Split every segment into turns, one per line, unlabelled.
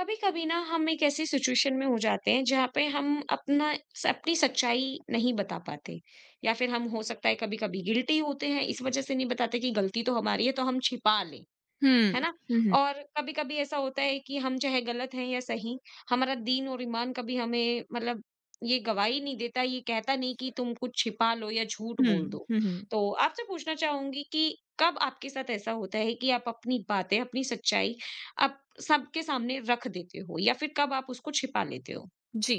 कभी कभी ना हम एक ऐसी सिचुएशन में हो जाते हैं जहाँ पे हम अपना अपनी सच्चाई नहीं बता पाते या फिर हम हो सकता है कभी कभी गिल्टी होते हैं इस वजह से नहीं बताते कि गलती तो हमारी है तो हम छिपा लें
हुँ।
है ना?
हुँ, हुँ।
और कभी-कभी ऐसा होता है कि हम चाहे गलत हैं या सही, हमारा दीन और ईमान कभी हमें मतलब ये गवाही नहीं देता, ये कहता नहीं कि तुम कुछ छिपा लो या झूठ
हुँ,
बोल दो।
हुँ, हुँ।
तो आपसे पूछना चाहूँगी कि कब आपके साथ ऐसा होता है कि आप अपनी बातें, अपनी सच्चाई आप सबके सामने रख देते हो या फिर कब आप उसको छिपा लेते हो?
जी,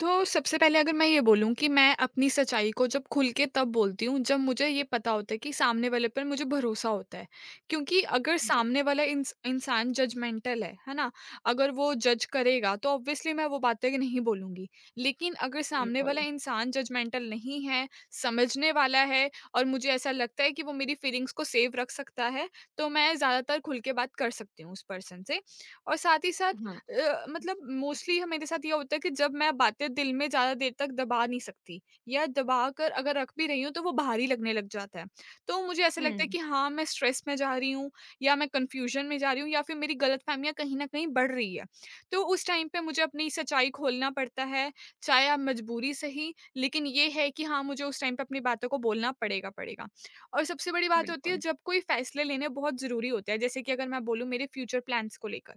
तो सबसे पहले अगर मैं ये बोलूँ कि मैं अपनी सच्चाई को जब खुल के तब बोलती हूँ, जब मुझे ये पता होता है कि सामने वाले पर मुझे भरोसा होता है। क्योंकि अगर
जी,
सामने वाला इंसान जजमेंटल है ना? अगर वो जज करेगा तो ऑब्वियसली मैं वो बातें नहीं बोलूँगी। लेकिन अगर सामने
बिल्कुल।
वाला इंसान जजमेंटल नहीं है, समझने वाला है और मुझे ऐसा लगता है कि वो मेरी फीलिंग्स को सेफ रख सकता है, तो मैं ज़्यादातर खुल के बात कर सकती हूँ उस पर्सन से। और साथ ही साथ
हाँ।
मतलब मोस्टली मेरे साथ ये होता है कि जब मैं बातें दिल में ज़्यादा देर तक दबा नहीं सकती या दबा कर अगर रख भी रही हूँ तो वो भारी लगने लग जाता है। तो मुझे ऐसा लगता है
हुँ,
कि हाँ, मैं स्ट्रेस में जा रही हूँ या मैं कन्फ्यूज़न में जा रही हूँ या फिर मेरी गलतफ़हमियाँ कहीं न कहीं बढ़ रही है। तो उस टाइम पे मुझे अपनी सच्चाई खोलना पड़ता है, चाहे आप मजबूरी सही, लेकिन ये है कि हाँ, मुझे उस टाइम पे अपनी बातों को बोलना पड़ेगा, पड़ेगा। और सबसे बड़ी बात होती है
बिल्कुल।
जब कोई फ़ैसले लेने बहुत ज़रूरी होते हैं, जैसे कि अगर मैं बोलूँ मेरे फ्यूचर प्लान्स को लेकर,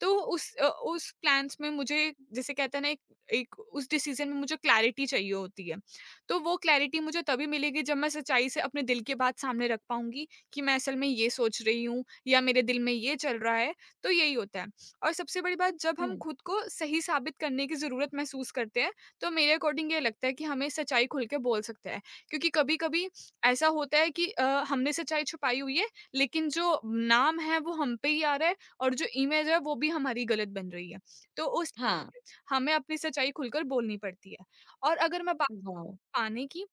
तो उस प्लान्स में मुझे जैसे कहते हैं ना एक एक उस डिसीजन में मुझे क्लैरिटी चाहिए होती है। तो वो क्लैरिटी मुझे तभी मिलेगी जब मैं सच्चाई से अपने दिल की बात सामने रख पाऊँगी कि मैं असल में ये सोच रही हूँ या मेरे दिल में ये चल रहा है, तो यही होता है। और सबसे बड़ी बात जब हम
हुँ,
खुद को सही साबित करने की ज़रूरत महसूस करते हैं, तो मेरे अकॉर्डिंग ये लगता है कि हमें सच्चाई खुल के बोल सकते हैं। क्योंकि कभी-कभी ऐसा होता है कि हमने सच्चाई छुपाई हुई है, लेकिन जो नाम है वो हम पे ही आ रहा है और जो इमेज है वो भी हमारी गलत बन रही है। तो उस
हाँ,
हमें अपनी सच्चाई खुलकर बोलनी पड़ती है। और अगर मैं बात
वाह!
पाने की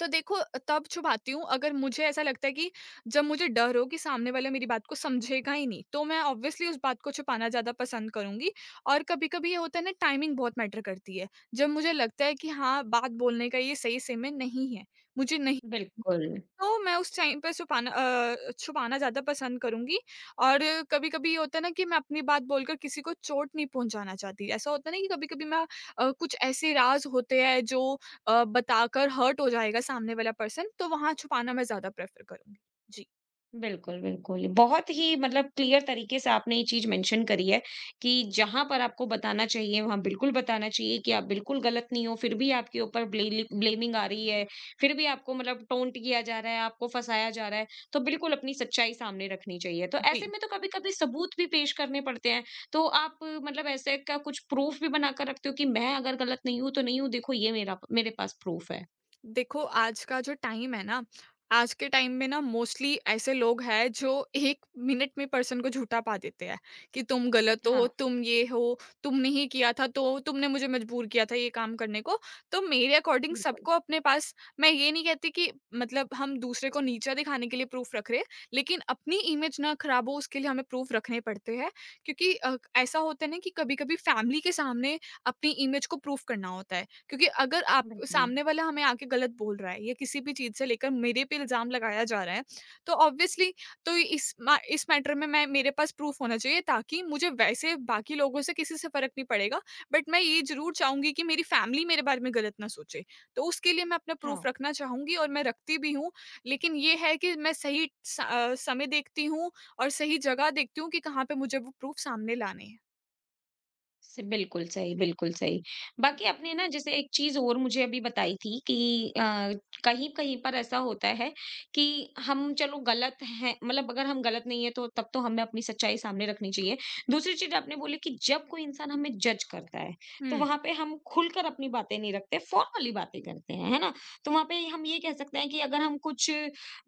तो देखो, तब छुपाती हूँ अगर मुझे ऐसा लगता है कि जब मुझे डर हो कि सामने वाला मेरी बात को समझेगा ही नहीं, तो मैं ऑब्वियसली उस बात को छुपाना ज़्यादा पसंद करूँगी। और कभी-कभी ये होता है ना टाइमिंग बहुत मैटर करती है। जब मुझे लगता है कि हाँ, बात बोलने का ये सही समय नहीं है, मुझे नहीं
बिल्कुल।
तो मैं उस टाइम पे छुपाना ज़्यादा पसंद करूँगी और कभी-कभी ये होता है ना कि मैं अपनी बात बोलकर किसी को चोट नहीं पहुँचाना चाहती। ऐसा होता है ना कि कभी-कभी मैं कुछ ऐसे राज़ होते हैं जो बताकर हर्ट हो जाएगा सामने वाला पर्सन, तो वहाँ छुपाना मैं ज़्यादा प्रेफ़र करूँगी। जी।
बिल्कुल, बिल्कुल। बहुत ही मतलब क्लियर तरीके से आपने ये चीज़ मेंशन करी है कि जहाँ पर आपको बताना चाहिए, वहाँ बिल्कुल बताना चाहिए कि आप बिल्कुल गलत नहीं हो, फिर भी आपके ऊपर ब्लेलि ब्लेमिंग आ रही है, फिर भी आपको मतलब टोंट किया जा रहा है, आपको फँसाया जा रहा है, तो बिल्कुल अपनी सच्चाई सामने रखनी चाहिए। तो ऐसे
जी।
में तो कभी-कभी सबूत भी पेश करने पड़ते हैं, तो आप मतलब ऐसे का कुछ प्रूफ़ भी बनाकर रखते हो कि मैं अगर गलत नहीं हूँ, तो नहीं हूँ, देखो ये मेरा मेरे पास प्रूफ़ है?
देखो आज का जो टाइम है ना, आज के टाइम में ना मोस्टली ऐसे लोग हैं जो 1 मिनट में पर्सन को झूठा पा देते हैं कि तुम गलत
हाँ,
हो, तुम ये हो, तुमने ही किया था, तो तुमने मुझे मजबूर किया था ये काम करने को। तो मेरे अकॉर्डिंग
बिल्कुल,
सबको अपने पास, मैं ये नहीं कहती कि मतलब हम दूसरे को नीचा दिखाने के लिए प्रूफ रख रहे हैं, लेकिन अपनी इमेज ना खराब हो उसके लिए हमें प्रूफ रखने पड़ते हैं। क्योंकि ऐसा होता है ना कि कभी कभी फैमिली के सामने अपनी इमेज को प्रूफ करना होता है। क्योंकि अगर आप
बिल्कुल।
सामने वाला हमें आके गलत बोल रहा है या किसी भी चीज़ से लेकर मेरे पे इल्ज़ाम लगाया जा रहा है, तो ऑब्वियसली, तो इस मैटर में मैं, मेरे पास प्रूफ़ होना चाहिए ताकि मुझे वैसे बाकी लोगों से किसी से फ़र्क नहीं पड़ेगा। बट मैं ये ज़रूर चाहूँगी कि मेरी फ़ैमिली मेरे बारे में गलत ना सोचे। तो उसके लिए मैं अपना
हाँ।
प्रूफ़ रखना चाहूँगी और मैं रखती भी हूँ। लेकिन ये है कि मैं सही समय देखती हूँ और सही जगह देखती हूँ कि कहाँ पे मुझे वो प्रूफ़ सामने लाने हैं।
से बिल्कुल सही, बिल्कुल सही। बाकी आपने ना जैसे एक चीज़ और मुझे अभी बताई थी कि अ, कहीं-कहीं पर ऐसा होता है कि हम चलो गलत हैं मतलब अगर हम गलत नहीं है तो तब तो हमें अपनी सच्चाई सामने रखनी चाहिए। दूसरी चीज़ आपने बोली कि जब कोई इंसान हमें जज करता है, तो
हुँ,
वहाँ पे हम खुलकर अपनी बातें नहीं रखते, फॉर्मली बातें करते हैं, है ना? तो वहाँ पे हम ये कह सकते हैं कि अगर हम कुछ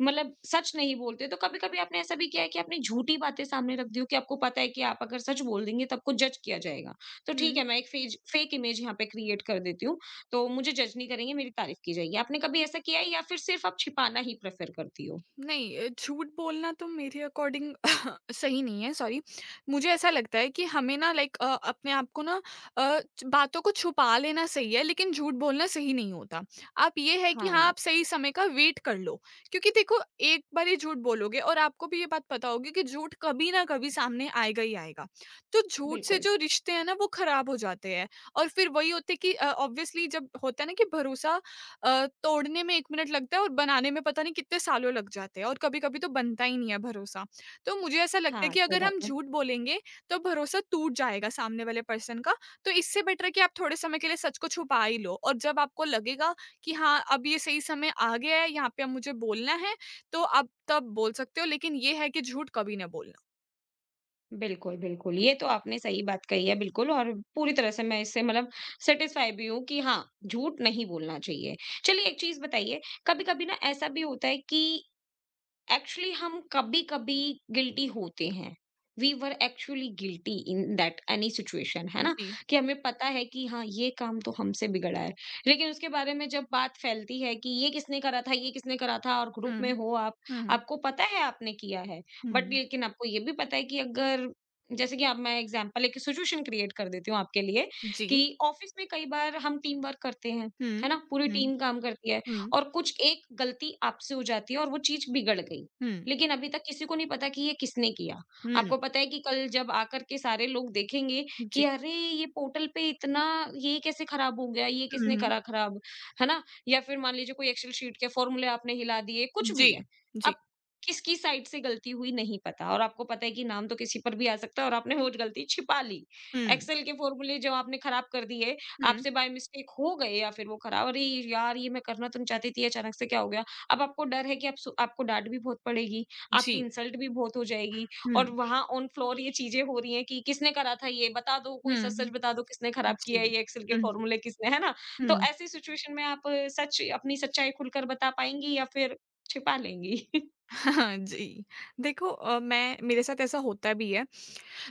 मतलब सच नहीं बोलते तो कभी-कभी आपने ऐसा भी किया है कि आपने झूठी बातें सामने रख दी हो कि आपको पता है कि आप अगर सच बोल देंगे तो आपको जज किया जाएगा? तो ठीक है
हुँ।
मैं एक फेज फेक इमेज यहाँ पे क्रिएट कर देती हूँ, तो मुझे जज नहीं करेंगे मेरी तारीफ की जाएगी। आपने कभी ऐसा किया है या फिर सिर्फ़ आप छिपाना ही प्रेफ़र करती हो?
नहीं, झूठ बोलना तो मेरे अकॉर्डिंग सही नहीं है, सॉरी। मुझे ऐसा लगता है कि हमें ना अपने आप को ना, बातों को छुपा लेना सही है, लेकिन झूठ बोलना सही नहीं होता। आप ये है कि हाँ,
हाँ,
आप सही समय का वेट कर लो। क्योंकि देखो, एक बारी झूठ बोलोगे और आपको भी ये बात पता होगी कि झूठ कभी न कभी सामने आएगा ही आएगा। तो झूठ से
बिल्कुल।
जो रिश्ते हैं ना वो ख़राब हो जाते हैं और फिर वही होते है कि ऑब्वियसली जब होता है ना कि भरोसा, तोड़ने में 1 मिनट लगता है और बनाने में पता नहीं कितने सालों लग जाते हैं और कभी-कभी तो बनता ही नहीं है भरोसा। तो मुझे ऐसा लगता है
हाँ,
कि
सही
अगर
बात
हम
है।
झूठ बोलेंगे, तो भरोसा टूट जाएगा सामने वाले पर्सन का, तो इससे बेटर है कि आप थोड़े समय के लिए सच को छुपा ही लो और जब आपको लगेगा कि हाँ, अब ये सही समय आ गया है, यहाँ पे अब मुझे बोलना है, तो आप तब बोल सकते हो, लेकिन ये है कि झूठ कभी ना बोलना।
बिल्कुल, बिल्कुल। ये तो आपने सही बात कही है बिल्कुल और पूरी तरह से मैं इससे मतलब सैटिस्फाई भी हूँ कि हाँ, झूठ नहीं बोलना चाहिए। चलिए एक चीज़ बताइए, कभी-कभी ना ऐसा भी होता है कि एक्चुअली हम कभी-कभी गिल्टी होते हैं। We were actually guilty in that any situation है ना?
जी।
कि हमें पता है कि हाँ, ये काम तो हमसे बिगड़ा है। लेकिन उसके बारे में जब बात फैलती है कि ये किसने करा था, ये किसने करा था और ग्रुप
हुँ,
में हो आप,
हुँ,
आपको पता है आपने किया है। बट
हुँ,
लेकिन आपको ये भी पता है कि अगर जैसे कि अब मैं एग्जांपल एक सिचुएशन क्रिएट कर देती हूँ आपके लिए कि
जी।
ऑफिस में कई बार हम टीम वर्क करते हैं,
हुँ,
है ना? पूरी
हुँ,
टीम काम करती है।
हुँ,
और कुछ एक गलती आपसे हो जाती है और वो चीज़ बिगड़ गई।
हुँ,
लेकिन अभी तक किसी को नहीं पता कि ये किसने किया।
हुँ,
आपको पता है कि कल जब आकर के सारे लोग देखेंगे कि
जी।
अरे! ये पोर्टल पे इतना ये कैसे खराब हो गया? ये
हुँ,
किसने
हुँ,
करा खराब? है ना? या फिर मान लीजिए कोई एक्सेल शीट के फॉर्मूले आपने हिला दिए, कुछ
जी,
भी है। अब
जी।
किसकी साइड से गलती हुई नहीं पता और आपको पता है कि नाम तो किसी पर भी आ सकता है और आपने वो गलती छिपा ली।
हुँ,
एक्सेल के फॉर्मूले जो आपने खराब कर दिए
हुँ,
आपसे बाय मिस्टेक हो गए या फिर वो खराब अरे यार ये मैं करना तो नहीं चाहती थी, अचानक से क्या हो गया? अब आपको डर है कि आप सु आपको डाँट भी बहुत पड़ेगी, आपकी
जी।
इंसल्ट भी बहुत हो जाएगी और
हुँ,
वहाँ ऑन फ्लोर ये चीज़ें हो रही हैं कि किसने करा था ये? बता दो, कोई
हुँ,
सच-सच
हुँ,
बता दो किसने खराब किया है
जी।
ये एक्सेल के
हुँ,
फ़ॉर्मूले किसने है ना? तो
हुँ।
ऐसी सिचुएशन में आप अ, सच अपनी सच्चाई खुलकर बता पाएँगी या फिर छिपा लेंगी?
हाँ जी, देखो मैं, मेरे साथ ऐसा होता भी है।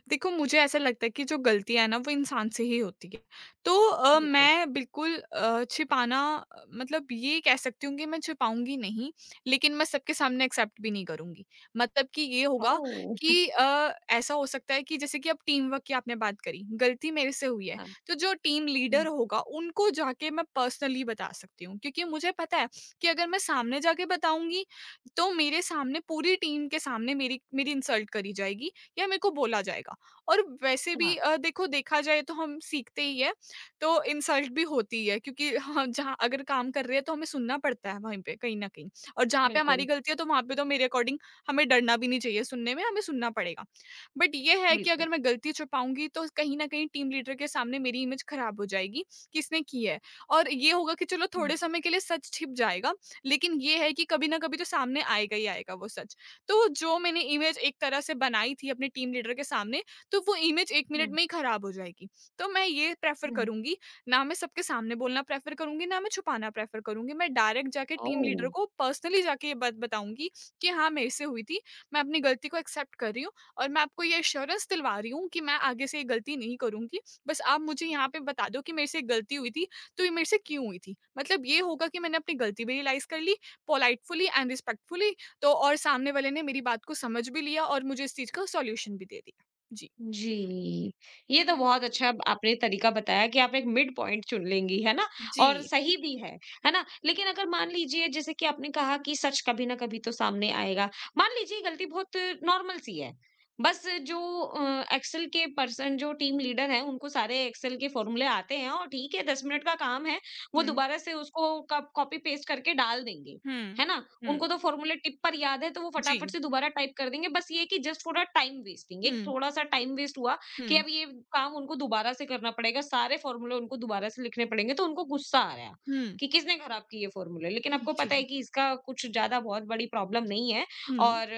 देखो, मुझे ऐसा लगता है कि जो गलतियाँ हैं ना वो इंसान से ही होती है। तो
बिल्कुल।
मैं बिल्कुल मतलब ये कह सकती हूँ कि मैं छिपाऊँगी नहीं, लेकिन मैं सबके सामने एक्सेप्ट भी नहीं करूँगी। मतलब कि ये होगा
ओह!
कि ऐसा हो सकता है कि जैसे कि अब टीम वर्क की आपने बात करी, गलती मेरे से हुई है,
हाँ।
तो जो टीम
हुँ।
लीडर होगा उनको जाके मैं पर्सनली बता सकती हूँ। क्योंकि मुझे पता है कि अगर मैं सामने जाके बताऊँगी, तो मेरे सामने, पूरी टीम के सामने मेरी मेरी इंसल्ट करी जाएगी या मेरे को बोला जाएगा। और वैसे
हाँ,
भी देखो, देखा जाए तो हम सीखते ही है, तो इंसल्ट भी होती है, क्योंकि हाँ, जहाँ अगर काम कर रहे हैं तो हमें सुनना पड़ता है वहीं पे कहीं न कहीं। और जहाँ पे हमारी
बिल्कुल,
गलती है तो वहाँ पे तो मेरे अकॉर्डिंग हमें डरना भी नहीं चाहिए सुनने में, हमें सुनना पड़ेगा। बट ये है कि
बिल्कुल।
अगर मैं गलती छुपाऊँगी तो कहीं न कहीं टीम लीडर के सामने मेरी इमेज खराब हो जाएगी, कि इसने की है, और ये होगा कि चलो
हुँ,
थोड़े समय के लिए सच छिप जाएगा, लेकिन ये है कि कभी न कभी तो सामने आएगा ही आएगा वो सच। तो जो मैंने इमेज एक तरह से बनाई थी अपने टीम लीडर के सामने, तो वो इमेज 1 मिनट
हुँ,
में ही खराब हो जाएगी। तो मैं ये प्रेफ़र
हुँ।
करूँगी, ना मैं सबके सामने बोलना प्रेफ़र करूँगी, ना मैं छुपाना प्रेफ़र करूँगी। मैं डायरेक्ट जाके टीम
ओह!
लीडर को पर्सनली जाके ये बात बताऊँगी कि हाँ, मेरे से हुई थी, मैं अपनी गलती को एक्सेप्ट कर रही हूँ और मैं आपको ये एश्योरेंस दिलवा रही हूँ कि मैं आगे से ये गलती नहीं करूँगी। बस आप मुझे यहाँ पे बता दो कि मेरे से ये गलती हुई थी, तो ये मेरे से क्यों हुई थी? मतलब ये होगा कि मैंने अपनी गलती भी रियलाइज़ कर ली, पोलाइटफुली एंड रिस्पेक्टफुली, तो और सामने वाले ने मेरी बात को समझ भी लिया और मुझे इस चीज़ का सॉल्यूशन भी दे दिया। जी।
जी, ये तो बहुत अच्छा अब आपने तरीका बताया कि आप एक मिड पॉइंट चुन लेंगी, है ना? और
G，
सही भी है ना? लेकिन अगर मान लीजिए जैसे कि आपने कहा कि सच कभी ना कभी तो सामने आएगा। मान लीजिए गलती बहुत नॉर्मल सी है, बस जो अ, एक्सेल के पर्सन जो टीम लीडर हैं उनको सारे एक्सेल के फॉर्मूले आते हैं और ठीक है 10 मिनट का काम है, वो
嗯
दोबारा से उसको कप कॉपी पेस्ट करके डाल देंगे,
嗯
है ना?
嗯
उनको तो फॉर्मूला टिप पर याद है तो वो फटाफट
，G，
से दोबारा टाइप कर देंगे। बस ये है कि जस्ट थोड़ा टाइम वेस्टिंग एक
嗯
थोड़ा-सा टाइम वेस्ट हुआ कि अब
嗯
ये काम उनको दोबारा से करना पड़ेगा, सारे फॉर्मूले उनको दोबारा से लिखने पड़ेंगे तो उनको गुस्सा आया
嗯
कि किसने खराब किए फॉर्मूले। लेकिन आपको पता है
，G，
कि इसका कुछ ज़्यादा बहुत बड़ी प्रॉब्लम नहीं है
嗯
और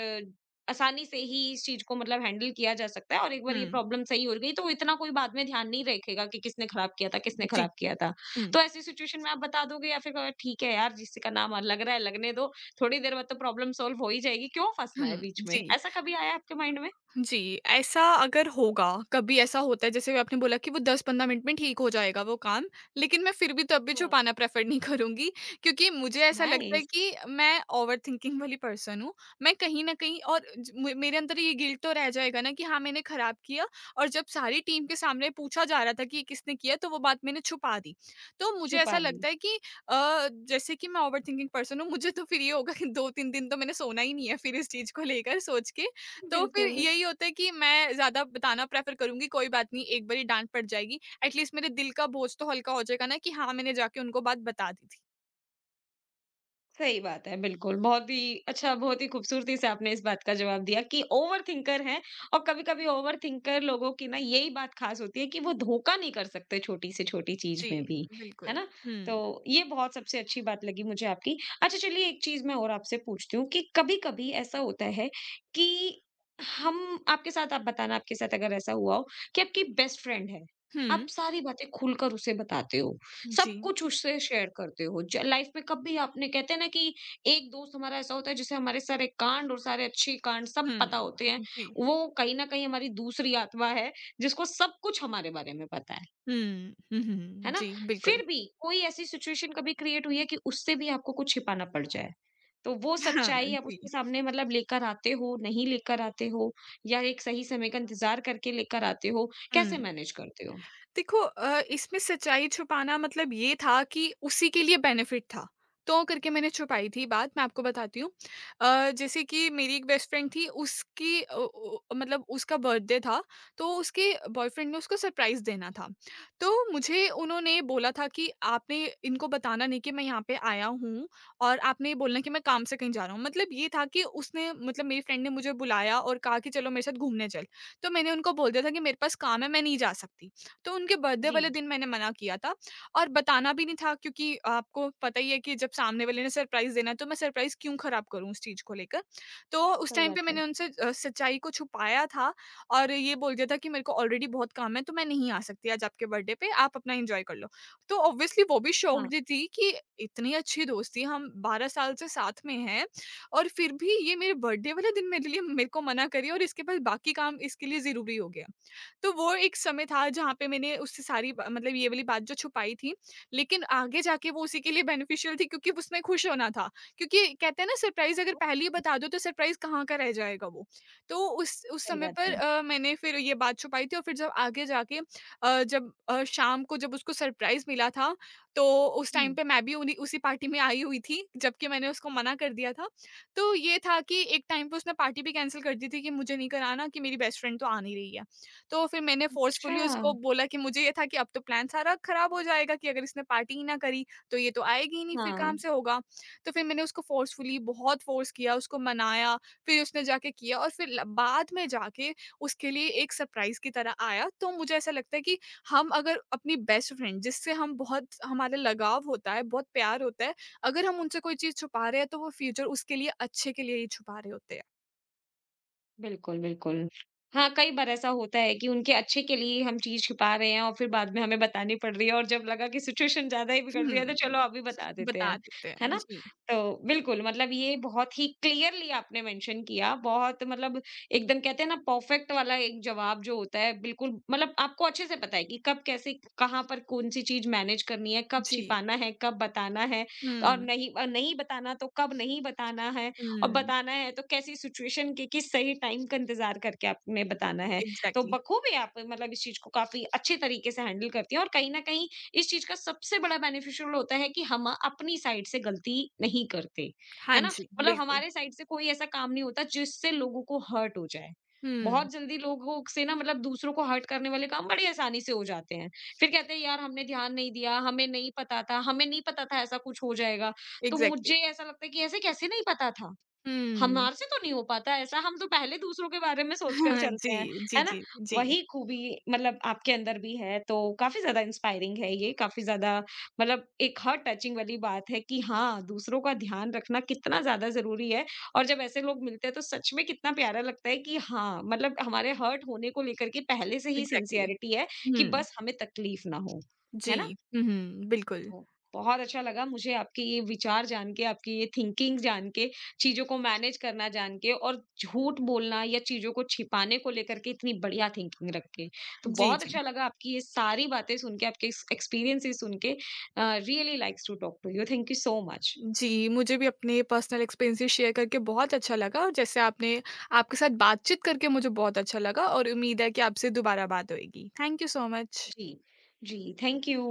आसानी से ही इस चीज़ को मतलब हैंडल किया जा सकता है और एक बार ये
嗯
प्रॉब्लम सही हो गई तो इतना कोई बाद में ध्यान नहीं रखेगा कि किसने खराब किया था, किसने खराब
G，
किया था।
嗯
तो ऐसी सिचुएशन में आप बता दोगे या फिर कहोगे ठीक है यार जिसका नाम लग रहा है लगने दो थोड़ी देर बाद तो प्रॉब्लम सॉल्व हो ही जाएगी, क्यों फँसना है
嗯
बीच में?
G。
ऐसा कभी आया आपके माइंड में?
जी, ऐसा अगर होगा, कभी ऐसा होता है जैसे आपने बोला कि वो 10-15 मिनट में ठीक हो जाएगा वो काम, लेकिन मैं फिर भी, तब भी
हाँ,
छुपाना प्रेफ़र नहीं करूँगी, क्योंकि मुझे ऐसा लगता है
नाइस
कि मैं ओवरथिंकिंग वाली पर्सन हूँ। मैं कहीं न कहीं और ज म मेरे अंदर ये गिल्ट तो रह जाएगा ना कि हाँ, मैंने खराब किया और जब सारी टीम के सामने पूछा जा रहा था कि ये किसने किया, तो वो बात मैंने छुपा दी। तो मुझे
छुपा
ऐसा
ली,
लगता है कि जैसे कि मैं ओवरथिंकिंग पर्सन हूँ, मुझे तो फिर ये होगा कि 2-3 दिन तो मैंने सोना ही नहीं है, फिर इस चीज़ को लेकर सोच के। तो फिर
बिल्कुल।
यही होता है कि मैं ज़्यादा बताना प्रेफ़र करूँगी, कोई बात नहीं, एक बारी डाँट पड़ जाएगी। एटलीस्ट मेरे दिल का बोझ तो हल्का हो जाएगा ना कि हाँ, मैंने जाके उनको बात बता दी थी।
सही बात है, बिल्कुल। बहुत ही अच्छा, बहुत ही खूबसूरती से आपने इस बात का जवाब दिया कि ओवरथिंकर हैं और कभी-कभी ओवरथिंकर लोगों की ना यही बात ख़ास होती है कि वो धोखा नहीं कर सकते छोटी से छोटी चीज़
जी,
में भी, है
बिल्कुल।
ना?
हुँ।
तो ये बहुत सबसे अच्छी बात लगी मुझे आपकी। अच्छा चलिए एक चीज़ मैं और आपसे पूछती हूँ कि कभी-कभी ऐसा होता है कि हम आपके साथ आप बताना आपके साथ अगर ऐसा हुआ हो कि आपकी बेस्ट फ्रेंड है, आप
हुँ।
सारी बातें खुलकर उसे बताते हो। सब
जी।
कुछ उससे शेयर करते हो। ज लाइफ में कभी आपने कहते हैं ना कि एक दोस्त हमारा ऐसा होता है जिसे हमारे सारे कांड और सारे अच्छे कांड सब
हुँ।
पता होते हैं।
जी।
वो कहीं न कहीं हमारी दूसरी आत्मा है जिसको सब कुछ हमारे बारे में पता है।
हुँ। हुँ, हुँ,
है
हुँ।
ना?
जी, बिल्कुल।
फिर भी कोई ऐसी सिचुएशन कभी क्रिएट हुई है कि उससे भी आपको कुछ छिपाना पड़ जाए? तो वो
हाँ,
सच्चाई आप
जी।
उसके सामने मतलब लेकर आते हो, नहीं लेकर आते हो या एक सही समय का इंतज़ार करके लेकर आते हो? कैसे
हुँ।
मैनेज करते हो?
देखो इसमें सच्चाई छुपाना मतलब ये था कि उसी के लिए बेनिफिट था। तो करके मैंने छुपाई थी बात, मैं आपको बताती हूँ। जैसे कि मेरी एक बेस्ट फ्रेंड थी, उसकी अ, ओ मतलब उसका बर्थडे था, तो उसके बॉयफ्रेंड ने उसको सरप्राइज़ देना था। तो मुझे उन्होंने बोला था कि आपने इनको बताना नहीं कि मैं यहाँ पे आया हूँ और आपने ये बोलना कि मैं काम से कहीं जा रहा हूँ। मतलब ये था कि उसने, मतलब मेरी फ्रेंड ने मुझे बुलाया और कहा कि चलो मेरे साथ घूमने चल। तो मैंने उनको बोल दिया था कि मेरे पास काम है, मैं नहीं जा सकती। तो उनके
जी,
बर्थडे वाले
जी,
दिन मैंने मना किया था और बताना भी नहीं था क्योंकि आपको पता ही है कि जब सामने वाले ने सरप्राइज़ देना है तो मैं सरप्राइज़ क्यों खराब करूँ उस चीज़ को लेकर। तो उस
सही
टाइम पे
बात है।
मैंने उनसे सच्चाई को छुपाया था और ये बोल दिया था कि मेरे को ऑलरेडी बहुत काम है, तो मैं नहीं आ सकती आज आपके बर्थडे पे, आप अपना एन्जॉय कर लो। तो ऑब्वियसली वो भी
हाँ।
शॉक्ड ही थी कि इतनी अच्छी दोस्ती, हम 12 साल से साथ में हैं और फिर भी ये मेरे बर्थडे वाले दिन मेरे लिए, मेरे को मना करी और इसके बाद बाकी काम इसके लिए ज़रूरी हो गया। तो वो एक समय था जहाँ पे मैंने उससे सारी बा मतलब ये वाली बात जो छुपाई थी, लेकिन आगे जाके वो उसी के लिए बेनिफिशियल थी, क्योंकि उसमें खुश होना था। क्योंकि कहते हैं ना, सरप्राइज़ अगर पहले ही बता दो तो सरप्राइज़ कहाँ का रह जाएगा वो। तो उस
सही
समय
बात
पर
है।
मैंने फिर ये बात छुपाई थी और फिर जब आगे जाके शाम को जब उसको सरप्राइज़ मिला था, तो उस
हुँ।
टाइम पे मैं भी उन्हीं उसी पार्टी में आई हुई थी, जबकि मैंने उसको मना कर दिया था। तो ये था कि एक टाइम पे उसने पार्टी भी कैंसल कर दी थी कि मुझे नहीं कराना कि मेरी बेस्ट फ्रेंड तो आ नहीं रही है। तो फिर मैंने फ़ोर्सफुली
अच्छा,
उसको बोला, कि मुझे ये था कि अब तो प्लान सारा ख़राब हो जाएगा कि अगर इसने पार्टी ही ना करी, तो ये तो आएगी ही नहीं, फिर
हाँ,
कहाँ से होगा। तो फिर मैंने उसको फ़ोर्सफुली बहुत फ़ोर्स किया, उसको मनाया, फिर उसने जाके किया और फिर ल बाद में जाके उसके लिए एक सरप्राइज़ की तरह आया। तो मुझे ऐसा लगता है कि हम अगर अपनी बेस्ट फ्रेंड, जिससे हम बहुत, हमारा लगाव होता है, बहुत प्यार होता है, अगर हम उनसे कोई चीज़ छुपा रहे हैं तो वो फ्यूचर उसके लिए, अच्छे के लिए ही छुपा रहे होते हैं।
बिल्कुल, बिल्कुल। हाँ, कई बार ऐसा होता है कि उनके अच्छे के लिए हम चीज़ छुपा रहे हैं और फिर बाद में हमें बतानी पड़ रही है और जब लगा कि सिचुएशन ज़्यादा ही बिगड़ रही है, तो चलो
हुँ,
अभी बता देते हैं,
बता देते
है
हैं।
ना?
जी,
तो बिल्कुल, मतलब ये बहुत ही क्लियरली आपने मेंशन किया, बहुत मतलब एकदम कहते हैं ना परफेक्ट वाला एक जवाब जो होता है, बिल्कुल मतलब आपको अच्छे से पता है कि कब कैसे कहाँ पर कौन-सी चीज़ मैनेज करनी है, कब
जी।
छिपाना है, कब बताना है और
हुँ।
नहीं बताना तो कब नहीं बताना है। और
हुँ,
बताना है तो कैसी सिचुएशन के किस सही टाइम का इंतजार करके आपने बताना है। तो
एग्ज़ैक्टली।
बखूबी आप मतलब इस चीज़ को काफ़ी अच्छे तरीके से हैंडल करती हैं और कहीं न कहीं इस चीज़ का सबसे बड़ा बेनिफिशियल होता है कि हम अपनी साइड से गलती नहीं करते,
हाँ
है ना?
जी,
मतलब
बिल्कुल।
हमारे साइड से कोई ऐसा काम नहीं होता जिससे लोगों को हर्ट हो जाए।
हुँ,
बहुत जल्दी लोगों से ना मतलब दूसरों को हर्ट करने वाले काम बड़ी आसानी से हो जाते हैं। फिर कहते हैं यार हमने ध्यान नहीं दिया, हमें नहीं पता था, हमें नहीं पता था ऐसा कुछ हो जाएगा। तो
एग्ज़ैक्टली।
मुझे ऐसा लगता है कि ऐसे कैसे नहीं पता था?
हुँ,
हमारे से तो नहीं हो पाता ऐसा, हम तो पहले दूसरों के बारे में सोचकर चलते
जी,
हैं,
जी,
है ना?
जी, जी,
वही खूबी मतलब आपके अंदर भी है, तो काफ़ी ज़्यादा इंस्पायरिंग है ये, काफ़ी ज़्यादा मतलब एक हार्ट टचिंग वाली बात है कि हाँ, दूसरों का ध्यान रखना कितना ज़्यादा ज़रूरी है और जब ऐसे लोग मिलते हैं, तो सच में कितना प्यारा लगता है कि हाँ, मतलब हमारे हर्ट होने को लेकर के पहले से ही
एग्ज़ैक्टली।
सिंसियरिटी है कि
हुँ,
बस हमें तकलीफ ना हो, है ना?
जी, हुँ, हुँ, बिल्कुल।
तो बहुत अच्छा लगा मुझे आपके ये विचार जान के, आपकी ये थिंकिंग जान के, चीज़ों को मैनेज करना जान के और झूठ बोलना या चीज़ों को छिपाने को लेकर के इतनी बढ़िया थिंकिंग रख के। तो
जी,
बहुत
जी।
अच्छा लगा आपकी ये सारी बातें सुन के, आपके एक्सपीरियंसेस सुन के। Uh, really likes to talk to you. Thank you so much.
जी, मुझे भी अपने पर्सनल एक्सपीरियंसेस शेयर करके बहुत अच्छा लगा और जैसे आपने, आपके साथ बातचीत करके मुझे बहुत अच्छा लगा और उम्मीद है कि आपसे दोबारा बात होएगी। Thank you so much.
जी। जी, थैंक यू।